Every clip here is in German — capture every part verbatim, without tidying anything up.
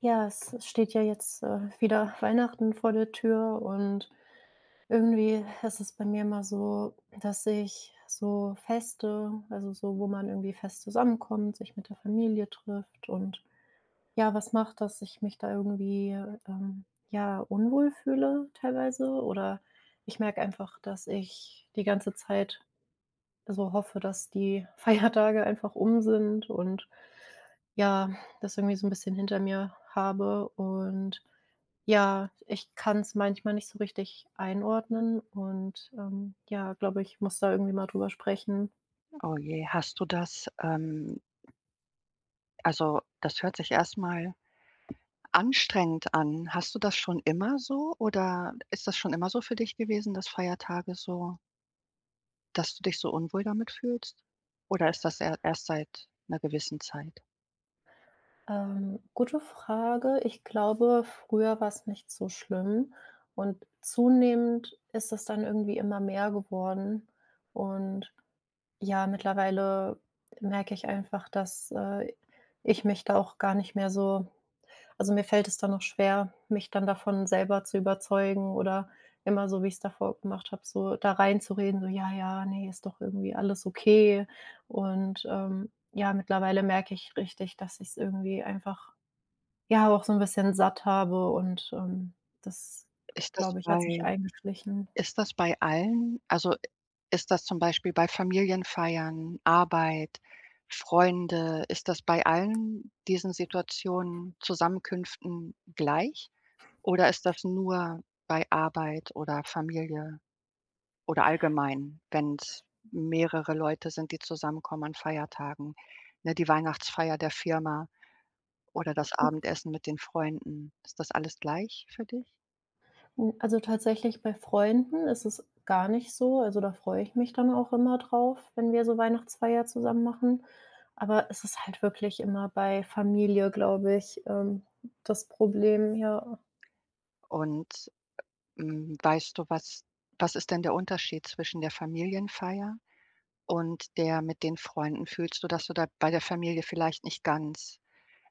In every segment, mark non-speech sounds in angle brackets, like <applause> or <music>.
Ja, es es steht ja jetzt, äh, wieder Weihnachten vor der Tür. Und irgendwie ist es bei mir immer so, dass ich so Feste, also so, wo man irgendwie fest zusammenkommt, sich mit der Familie trifft und, ja, was macht, dass ich mich da irgendwie, ähm, ja, unwohl fühle teilweise. Oder ich merke einfach, dass ich die ganze Zeit so hoffe, dass die <laughs> Feiertage einfach um sind und, ja, das irgendwie so ein bisschen hinter mir habe. Und, ja, ich kann es manchmal nicht so richtig einordnen und, ähm, ja, glaube ich, muss da irgendwie mal drüber sprechen. Oh je, hast du das ähm, also, das hört sich erstmal anstrengend an. Hast du das schon immer so oder ist das schon immer so für dich gewesen, dass Feiertage so dass du dich so unwohl damit fühlst? Oder ist das er erst seit einer gewissen Zeit? Ähm, gute Frage. Ich glaube, früher war es nicht so schlimm und zunehmend ist es dann irgendwie immer mehr geworden. Und, ja, mittlerweile merke ich einfach, dass, äh, ich mich da auch gar nicht mehr so. Also, mir fällt es dann noch schwer, mich dann davon selber zu überzeugen, oder immer so, wie ich es davor gemacht habe, so da reinzureden, so: „Ja, ja, nee, ist doch irgendwie alles okay.“ Und, ähm, ja, mittlerweile merke ich richtig, dass ich es irgendwie einfach, ja, auch so ein bisschen satt habe und, ähm, das, Ist das glaube ich, hat sich bei eingeschlichen. Ist das bei allen? Also, ist das zum Beispiel bei Familienfeiern, Arbeit, Freunde? Ist das bei allen diesen Situationen, Zusammenkünften gleich? Oder ist das nur bei Arbeit oder Familie oder allgemein, wenn's mehrere Leute sind, die zusammenkommen an Feiertagen, ne, die Weihnachtsfeier der Firma oder das Abendessen mit den Freunden? Ist das alles gleich für dich? Hm, also tatsächlich bei Freunden ist es gar nicht so. Also, da freue ich mich dann auch immer drauf, wenn wir so Weihnachtsfeier zusammen machen. Aber es ist halt wirklich immer bei Familie, glaube ich, ähm, das Problem, ja. Und, hm, weißt du, was was ist denn der Unterschied zwischen der Familienfeier und der mit den Freunden? Fühlst du, dass du da bei der Familie vielleicht nicht ganz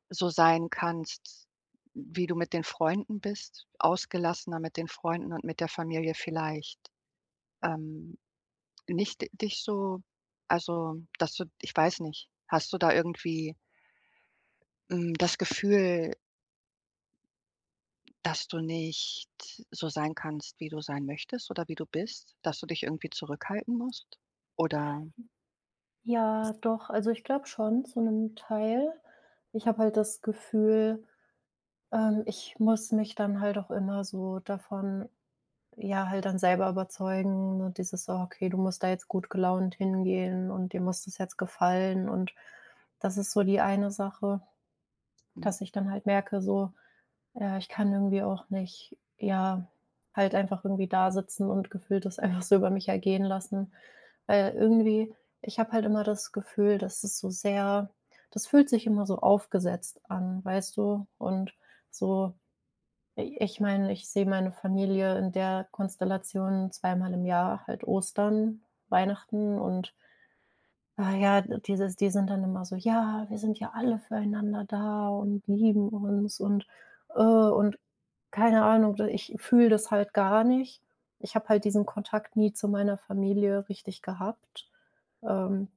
so sein kannst, wie du mit den Freunden bist, ausgelassener mit den Freunden und mit der Familie vielleicht. Ähm, nicht dich so, also, dass du, ich weiß nicht, hast du da irgendwie, hm, das Gefühl, dass du nicht so sein kannst, wie du sein möchtest oder wie du bist, dass du dich irgendwie zurückhalten musst? Oder, Ja, doch, also ich glaube schon zu einem Teil. Ich habe halt das Gefühl, ähm, ich muss mich dann halt auch immer so davon. Ja, halt dann selber überzeugen, ne, dieses so: „Okay, du musst da jetzt gut gelaunt hingehen und dir muss das jetzt gefallen.“ Und das ist so die eine Sache, hm, dass ich dann halt merke, so, ja, ich kann irgendwie auch nicht, ja, halt einfach irgendwie da sitzen und gefühlt das <laughs> einfach so über mich ergehen lassen. Weil irgendwie, ich habe halt immer das Gefühl, dass es so sehr, das fühlt sich immer so aufgesetzt an, weißt du? Und so, ich meine, ich sehe meine Familie in der Konstellation zweimal im Jahr, halt Ostern, Weihnachten, und, ah, ja, dieses, die sind dann immer so: „Ja, wir sind ja alle füreinander da und lieben uns und, äh“ und keine Ahnung, ich fühle das halt gar nicht. Ich habe halt diesen Kontakt nie zu meiner Familie richtig gehabt. Ähm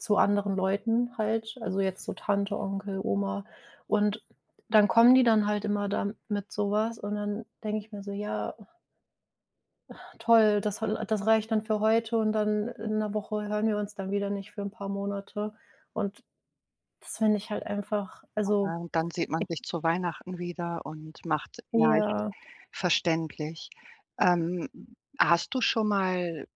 zu anderen Leuten halt, also jetzt so Tante, Onkel, Oma. Und dann kommen die dann halt immer da mit so, und dann denke ich mir so: „Ja, toll, das das reicht dann für heute und dann in einer Woche hören wir uns dann wieder nicht für ein paar Monate.“ Und das finde ich halt einfach, also, ja, und dann sieht man ich sich zu Weihnachten wieder und macht, ja, ich ja, verständlich. Ähm, hast du schon mal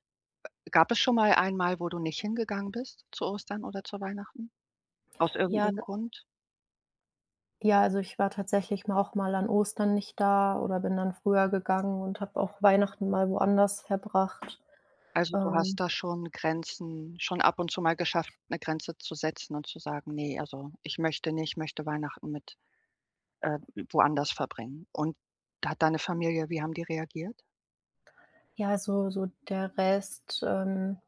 Gab es schon mal einmal, wo du nicht hingegangen bist zu Ostern oder zu Weihnachten? Aus ja, d irgendeinem Grund? ja, also, ich war tatsächlich mal auch mal an Ostern nicht da oder bin dann früher gegangen und habe auch Weihnachten mal woanders verbracht. Also, du Ähm hast da schon Grenzen schon ab und zu mal geschafft, eine Grenze zu setzen und zu sagen: „Nee, also ich möchte nicht, ich möchte Weihnachten mit, äh, woanders verbringen.“ Und da hat deine Familie, wie haben die reagiert? Ja, so so der Rest, ähm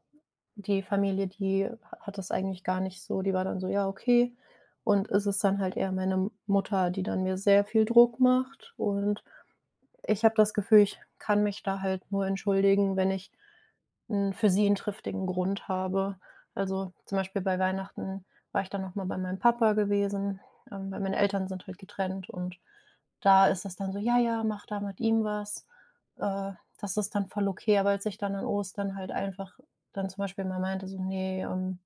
die Familie, die hat das eigentlich gar nicht so, die war dann so: „Ja, okay.“ Und es ist dann halt eher meine Mutter, die dann mir sehr viel Druck macht, und ich habe das Gefühl, ich kann mich da halt nur entschuldigen, wenn ich 'n für sie einen triftigen Grund habe. Also, zum Beispiel bei Weihnachten war ich dann noch mal bei meinem Papa gewesen, ähm, weil meine Eltern sind halt getrennt, und da ist das dann so: „Ja, ja, mach da mit ihm was.“ Äh, Das ist dann voll okay, aber als ich dann an Ostern halt einfach dann zum Beispiel mal meinte so: „Nee, ähm“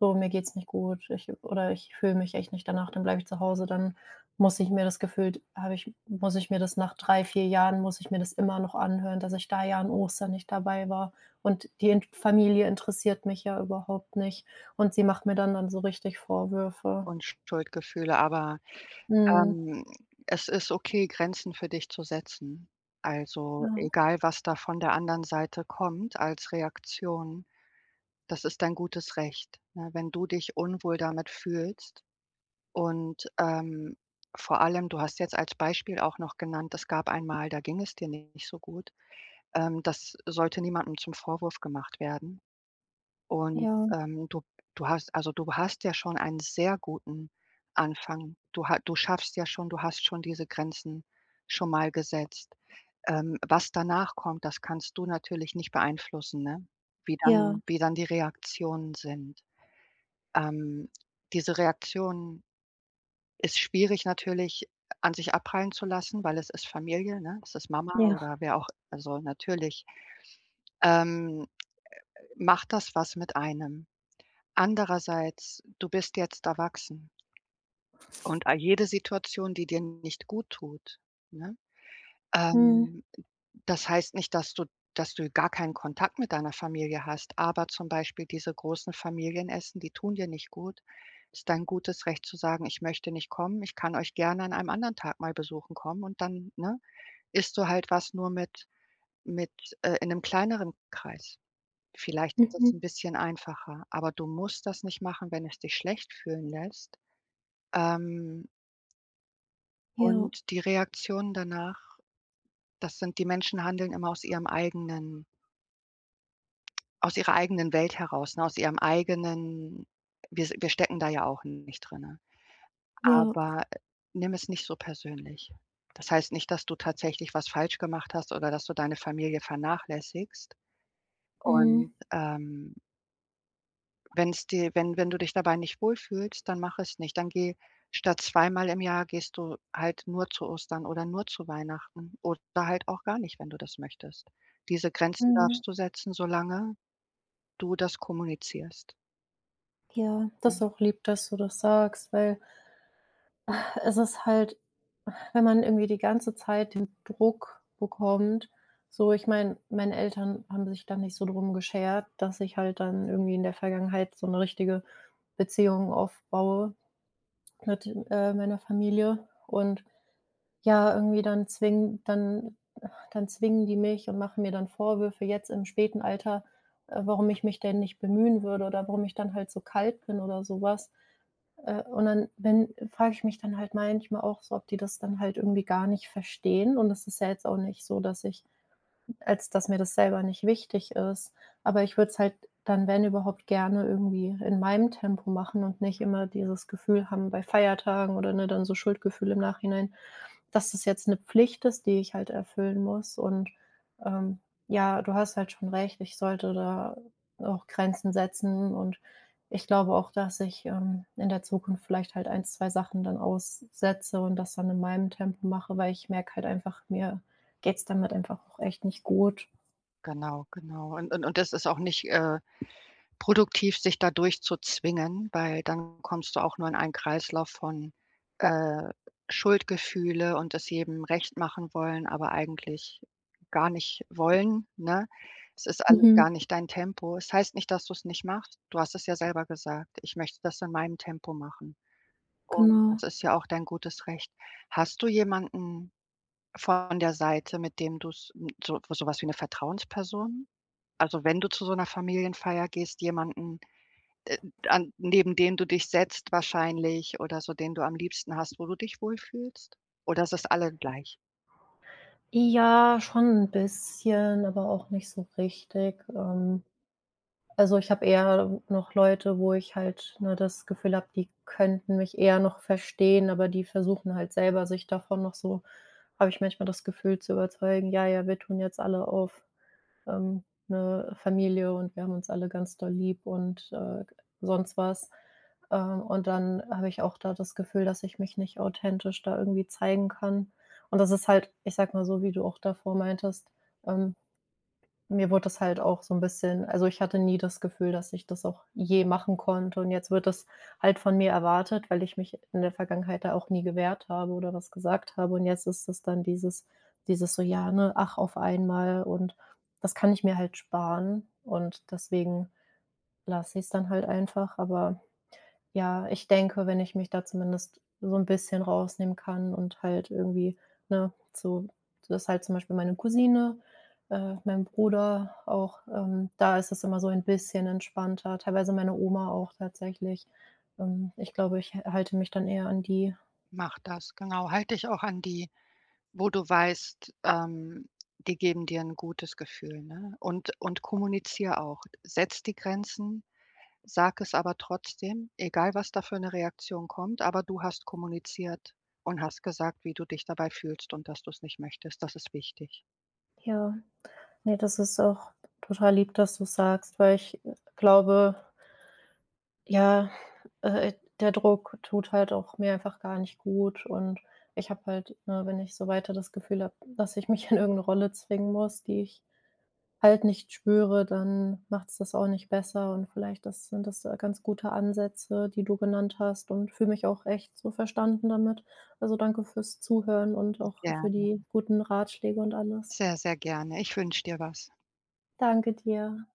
so: „Mir geht's nicht gut, ich“ oder „Ich fühle mich echt nicht danach“, dann bleibe ich zu Hause. Dann muss ich mir das gefühlt habe Ich muss ich mir das nach drei vier Jahren muss ich mir das immer noch anhören, dass ich da ja an Ostern nicht dabei war. Und die in Familie interessiert mich ja überhaupt nicht. Und sie macht mir dann dann so richtig Vorwürfe. Und Schuldgefühle, aber Mhm. Ähm, es ist okay, Grenzen für dich zu setzen. Also, Ja. egal, was da von der anderen Seite kommt als Reaktion, das ist dein gutes Recht, ne? Wenn du dich unwohl damit fühlst und, ähm, vor allem, du hast jetzt als Beispiel auch noch genannt, es gab einmal, da ging es dir nicht so gut. Ähm, das sollte niemandem zum Vorwurf gemacht werden. Und, Ja, ähm, du du hast, also, du hast ja schon einen sehr guten Anfang. Du ha du schaffst ja schon, du hast schon diese Grenzen schon mal gesetzt. Ähm, was danach kommt, das kannst du natürlich nicht beeinflussen, ne? Wie ja, dann wie dann die Reaktionen sind. Ähm, diese Reaktion ist schwierig natürlich an sich abprallen zu lassen, weil es ist Familie, ne? Es ist Mama ja. oder wer auch, also, natürlich, ähm, macht das was mit einem. Andererseits, du bist jetzt erwachsen und a jede Situation, die dir nicht guttut, ne? Mhm. Ähm, das heißt nicht, dass du dass du gar keinen Kontakt mit deiner Familie hast, aber zum Beispiel diese großen Familienessen, die tun dir nicht gut. Ist dein gutes Recht zu sagen: „Ich möchte nicht kommen, ich kann euch gerne an einem anderen Tag mal besuchen kommen“ und dann, ne, isst du halt was nur mit mit, äh, in einem kleineren Kreis. Vielleicht ist das ein Mhm. bisschen einfacher, aber du musst das nicht machen, wenn es dich schlecht fühlen lässt. Ähm, Ja, und die Reaktionen danach, das sind die Menschen handeln immer aus ihrem eigenen, aus ihrer eigenen Welt heraus, ne, aus ihrem eigenen wir s wir stecken da ja auch nicht drinnen. ja. Aber, äh, nimm es nicht so persönlich. Das heißt nicht, dass du tatsächlich was falsch gemacht hast oder dass du deine Familie vernachlässigst und, Mhm. ähm Wenn's dir wenn wenn du dich dabei nicht wohlfühlst, dann mach es nicht. Dann geh statt zweimal im Jahr gehst du halt nur zu Ostern oder nur zu Weihnachten oder halt auch gar nicht, wenn du das möchtest. Diese Grenzen Mhm. darfst du setzen, solange du das kommunizierst. Ja. Das ist Mhm. auch lieb, dass du das sagst, weil, es ist halt, wenn man irgendwie die ganze Zeit den Druck bekommt, so, ich meine, meine Eltern haben sich dann nicht so drum geschert, dass ich halt dann irgendwie in der Vergangenheit so eine richtige Beziehung aufbaue mit, äh, meiner Familie. Und, ja, irgendwie dann zwingen dann dann zwingen die mich und machen mir dann Vorwürfe jetzt im späten Alter, äh, warum ich mich denn nicht bemühen würde oder warum ich dann halt so kalt bin oder sowas. Äh, und dann, wenn frage ich mich dann halt manchmal auch so, ob die das dann halt irgendwie gar nicht verstehen. Und es ist ja jetzt auch nicht so, dass ich, als dass mir das selber nicht wichtig ist. Aber ich würde es halt dann, wenn überhaupt, gerne irgendwie in meinem Tempo machen und nicht immer dieses Gefühl haben bei Feiertagen oder, ne, dann so Schuldgefühl im Nachhinein, dass das jetzt eine Pflicht ist, die ich halt erfüllen muss. Und, ähm, ja, du hast halt schon recht, ich sollte da auch Grenzen setzen. Und ich glaube auch, dass ich, ähm, in der Zukunft vielleicht halt ein, zwei Sachen dann aussetze und das dann in meinem Tempo mache, weil ich merke halt einfach, mir geht's damit einfach auch echt nicht gut. Genau, genau. Und und und das ist auch nicht, äh produktiv sich da durchzuzwingen, weil dann kommst du auch nur in einen Kreislauf von, äh, Schuldgefühle und es jedem recht machen wollen, aber eigentlich gar nicht wollen, ne? Es ist alles Mhm. gar nicht dein Tempo. Es heißt nicht, dass du es nicht machst. Du hast es ja selber gesagt: „Ich möchte das in meinem Tempo machen.“ Und das ist ja auch dein gutes Recht. Hast du jemanden von der Seite, mit dem du so sowas wie eine Vertrauensperson? Also, wenn du zu so einer Familienfeier gehst, jemanden, äh, an neben den du dich setzt wahrscheinlich oder so, den du am liebsten hast, wo du dich wohlfühlst? Oder ist es alle gleich? Ja, schon ein bisschen, aber auch nicht so richtig. Ähm, also, ich habe eher noch Leute, wo ich halt, ne, das Gefühl habe, die könnten mich eher noch verstehen, aber die versuchen halt selber, sich davon noch so, habe ich manchmal das Gefühl, zu überzeugen: „Ja, ja, wir tun jetzt alle auf, ähm, 'ne Familie und wir haben uns alle ganz doll lieb und, äh, sonst was.“ Ähm, und dann habe ich auch da das Gefühl, dass ich mich nicht authentisch da irgendwie zeigen kann. Und das ist halt, ich sag mal so, wie du auch davor meintest, ähm, mir wurde das halt auch so 'n bisschen, also, ich hatte nie das Gefühl, dass ich das auch je machen konnte, und jetzt wird das halt von mir erwartet, weil ich mich in der Vergangenheit da auch nie gewehrt habe oder was gesagt habe. Und jetzt ist es dann dieses dieses so: „Ja, ne, ach, auf einmal“, und das kann ich mir halt sparen, und deswegen lasse ich's dann halt einfach. Aber ja, ich denke, wenn ich mich da zumindest so ein bisschen rausnehmen kann und halt irgendwie, ne, so, dass halt zum Beispiel meine Cousine, äh, mein Bruder auch, ähm da ist es immer so ein bisschen entspannter, teilweise meine Oma auch tatsächlich. Ähm, ich glaube, ich halte mich dann eher an die. Mach das, genau. Halt dich auch an die, wo du weißt, ähm, die geben dir ein gutes Gefühl, ne? Und und kommunizier auch. Setz die Grenzen, sag es aber trotzdem, egal was da für 'ne Reaktion kommt, aber du hast kommuniziert und hast gesagt, wie du dich dabei fühlst und dass du es nicht möchtest. Das ist wichtig. Ja, ne, das ist auch total lieb, dass du sagst, weil ich, äh, glaube, ja, äh, der Druck tut halt auch mir einfach gar nicht gut. Und ich habe halt, ne, wenn ich so weiter das Gefühl habe, dass ich mich in irgendeine Rolle zwingen muss, die ich halt nicht spüre, dann macht's das auch nicht besser, und vielleicht, das sind das, äh, ganz gute Ansätze, die du genannt hast, und fühle mich auch echt so verstanden damit. Also, danke fürs Zuhören und auch Ja, für die guten Ratschläge und alles. sehr, sehr gerne. Ich wünsche dir was. Danke dir.